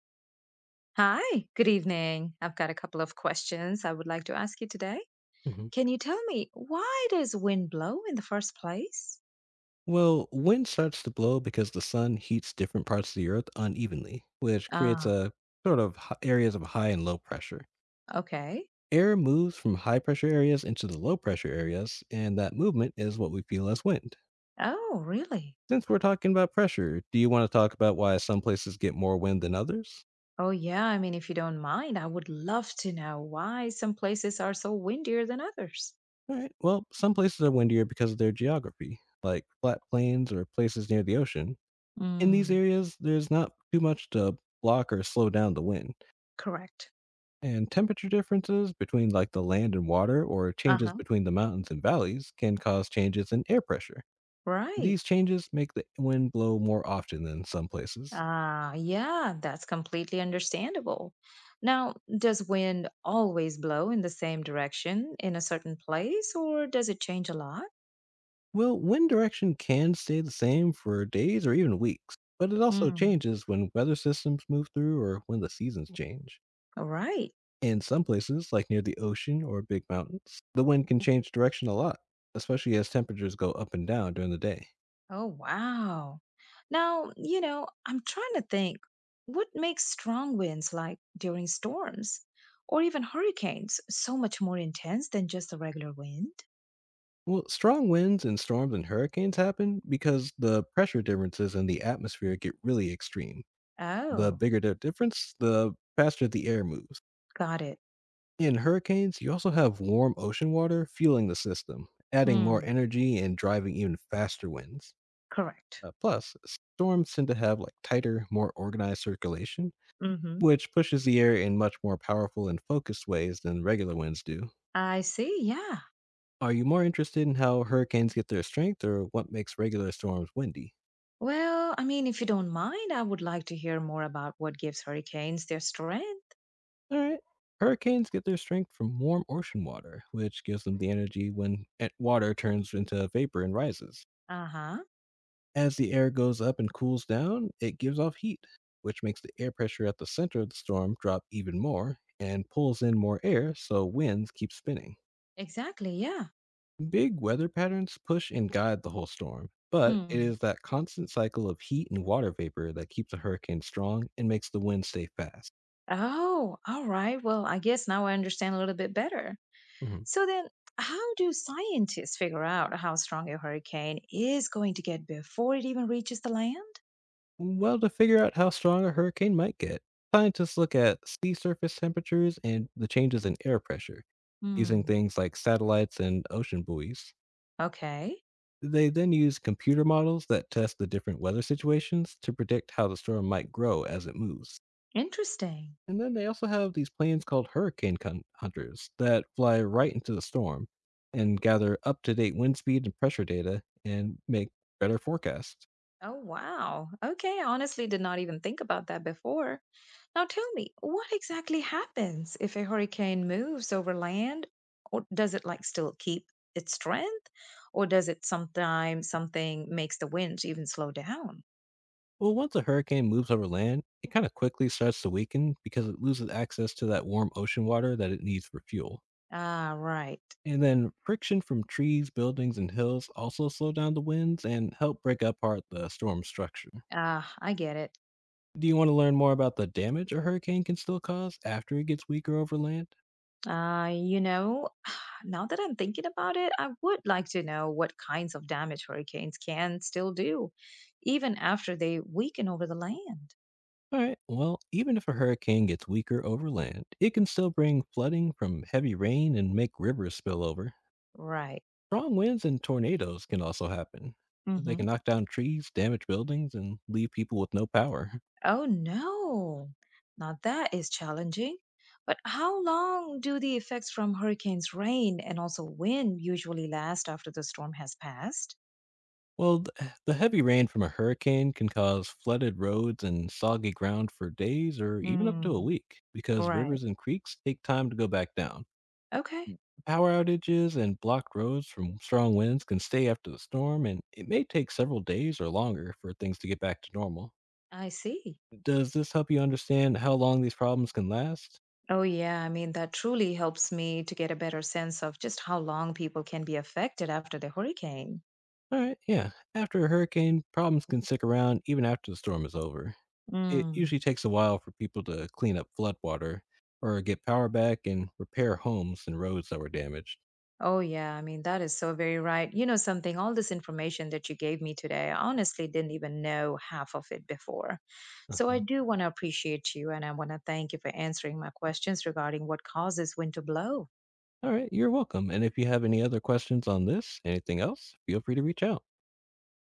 Hi, good evening. I've got a couple of questions I would like to ask you today. Mhm. Can you tell me why does wind blow in the first place? Well, wind starts to blow because the sun heats different parts of the earth unevenly, which creates Ah, a sort of areas of high and low pressure. okay. Air moves from high pressure areas into the low pressure areas, and that movement is what we feel as wind. Oh, really? Since we're talking about pressure, do you want to talk about why some places get more wind than others? Oh, yeah. I mean, if you don't mind, I would love to know why some places are so windier than others. All right, well, some places are windier because of their geography, like flat plains or places near the ocean. In these Mm, areas, there's not too much to block or slow down the wind. correct. And temperature differences between like the land and water or changes Uh-huh. between the mountains and valleys can cause changes in air pressure. Right. These changes make the wind blow more often than some places. Ah, yeah, that's completely understandable. Now, does wind always blow in the same direction in a certain place, or does it change a lot? Well, wind direction can stay the same for days or even weeks, but it also Mm. changes when weather systems move through or when the seasons change. All right. In some places, like near the ocean or big mountains, the wind can change direction a lot, especially as temperatures go up and down during the day. Oh, wow. Now, you know, I'm trying to think what makes strong winds like during storms or even hurricanes so much more intense than just the regular wind? Well, strong winds and storms and hurricanes happen because the pressure differences in the atmosphere get really extreme. The Oh, bigger the difference, the faster the air moves. got it. In hurricanes, you also have warm ocean water fueling the system, adding more Hmm. energy and driving even faster winds. Correct. Plus, storms tend to have like tighter, more organized circulation, Mm-hmm. which pushes the air in much more powerful and focused ways than regular winds do. I see. Yeah. Are you more interested in how hurricanes get their strength or what makes regular storms windy? Well, I mean, if you don't mind, I would like to hear more about what gives hurricanes their strength. Alright. Hurricanes get their strength from warm ocean water, which gives them the energy when water turns into vapor and rises. Uh-huh. As the air goes up and cools down, it gives off heat, which makes the air pressure at the center of the storm drop even more and pulls in more air so winds keep spinning. Exactly. Yeah. Big weather patterns push and guide the whole storm, but it Hmm. is that constant cycle of heat and water vapor that keeps a hurricane strong and makes the wind stay fast. Oh, all right. Well, I guess now I understand a little bit better. Mhm. So then, how do scientists figure out how strong a hurricane is going to get before it even reaches the land? Well, to figure out how strong a hurricane might get, scientists look at sea surface temperatures and the changes in air pressure using Hmm. things like satellites and ocean buoys. Okay. They then use computer models that test the different weather situations to predict how the storm might grow as it moves. Interesting. And then they also have these planes called hurricane hunters that fly right into the storm and gather up to date wind speed and pressure data and make better forecasts. Oh, wow. Okay. I honestly did not even think about that before. Now tell me, what exactly happens if a hurricane moves over land? Or does it like still keep its strength? Or does it sometimes something makes the winds even slow down? Well, once a hurricane moves over land, it kind of quickly starts to weaken because it loses access to that warm ocean water that it needs for fuel. Ah, right. And then friction from trees, buildings, and hills also slow down the winds and help break apart the storm structure. Ah, I get it. Do you want to learn more about the damage a hurricane can still cause after it gets weaker over land? You know, now that I'm thinking about it, I would like to know what kinds of damage hurricanes can still do, even after they weaken over the land. All right, well, even if a hurricane gets weaker over land, it can still bring flooding from heavy rain and make rivers spill over. Right. Strong winds and tornadoes can also happen. They Mhm. can knock down trees, damage buildings, and leave people with no power. Oh no. Now that is challenging. But how long do the effects from hurricanes, rain, and also wind usually last after the storm has passed? Well, the heavy rain from a hurricane can cause flooded roads and soggy ground for days or even up to a Mm. week because Right. rivers and creeks take time to go back down. Okay. Power outages and blocked roads from strong winds can stay after the storm, and it may take several days or longer for things to get back to normal. I see. Does this help you understand how long these problems can last? Oh, yeah. I mean, that truly helps me to get a better sense of just how long people can be affected after the hurricane. All right, yeah. After a hurricane, problems can stick around even after the storm is over. It Mm. usually takes a while for people to clean up floodwater or get power back and repair homes and roads that were damaged. Oh, yeah. I mean, that is so very right. You know, something, all this information that you gave me today, I honestly didn't even know half of it before. So I Uh-huh. do want to appreciate you and I want to thank you for answering my questions regarding what causes wind to blow. All right, you're welcome. And if you have any other questions on this, anything else, feel free to reach out.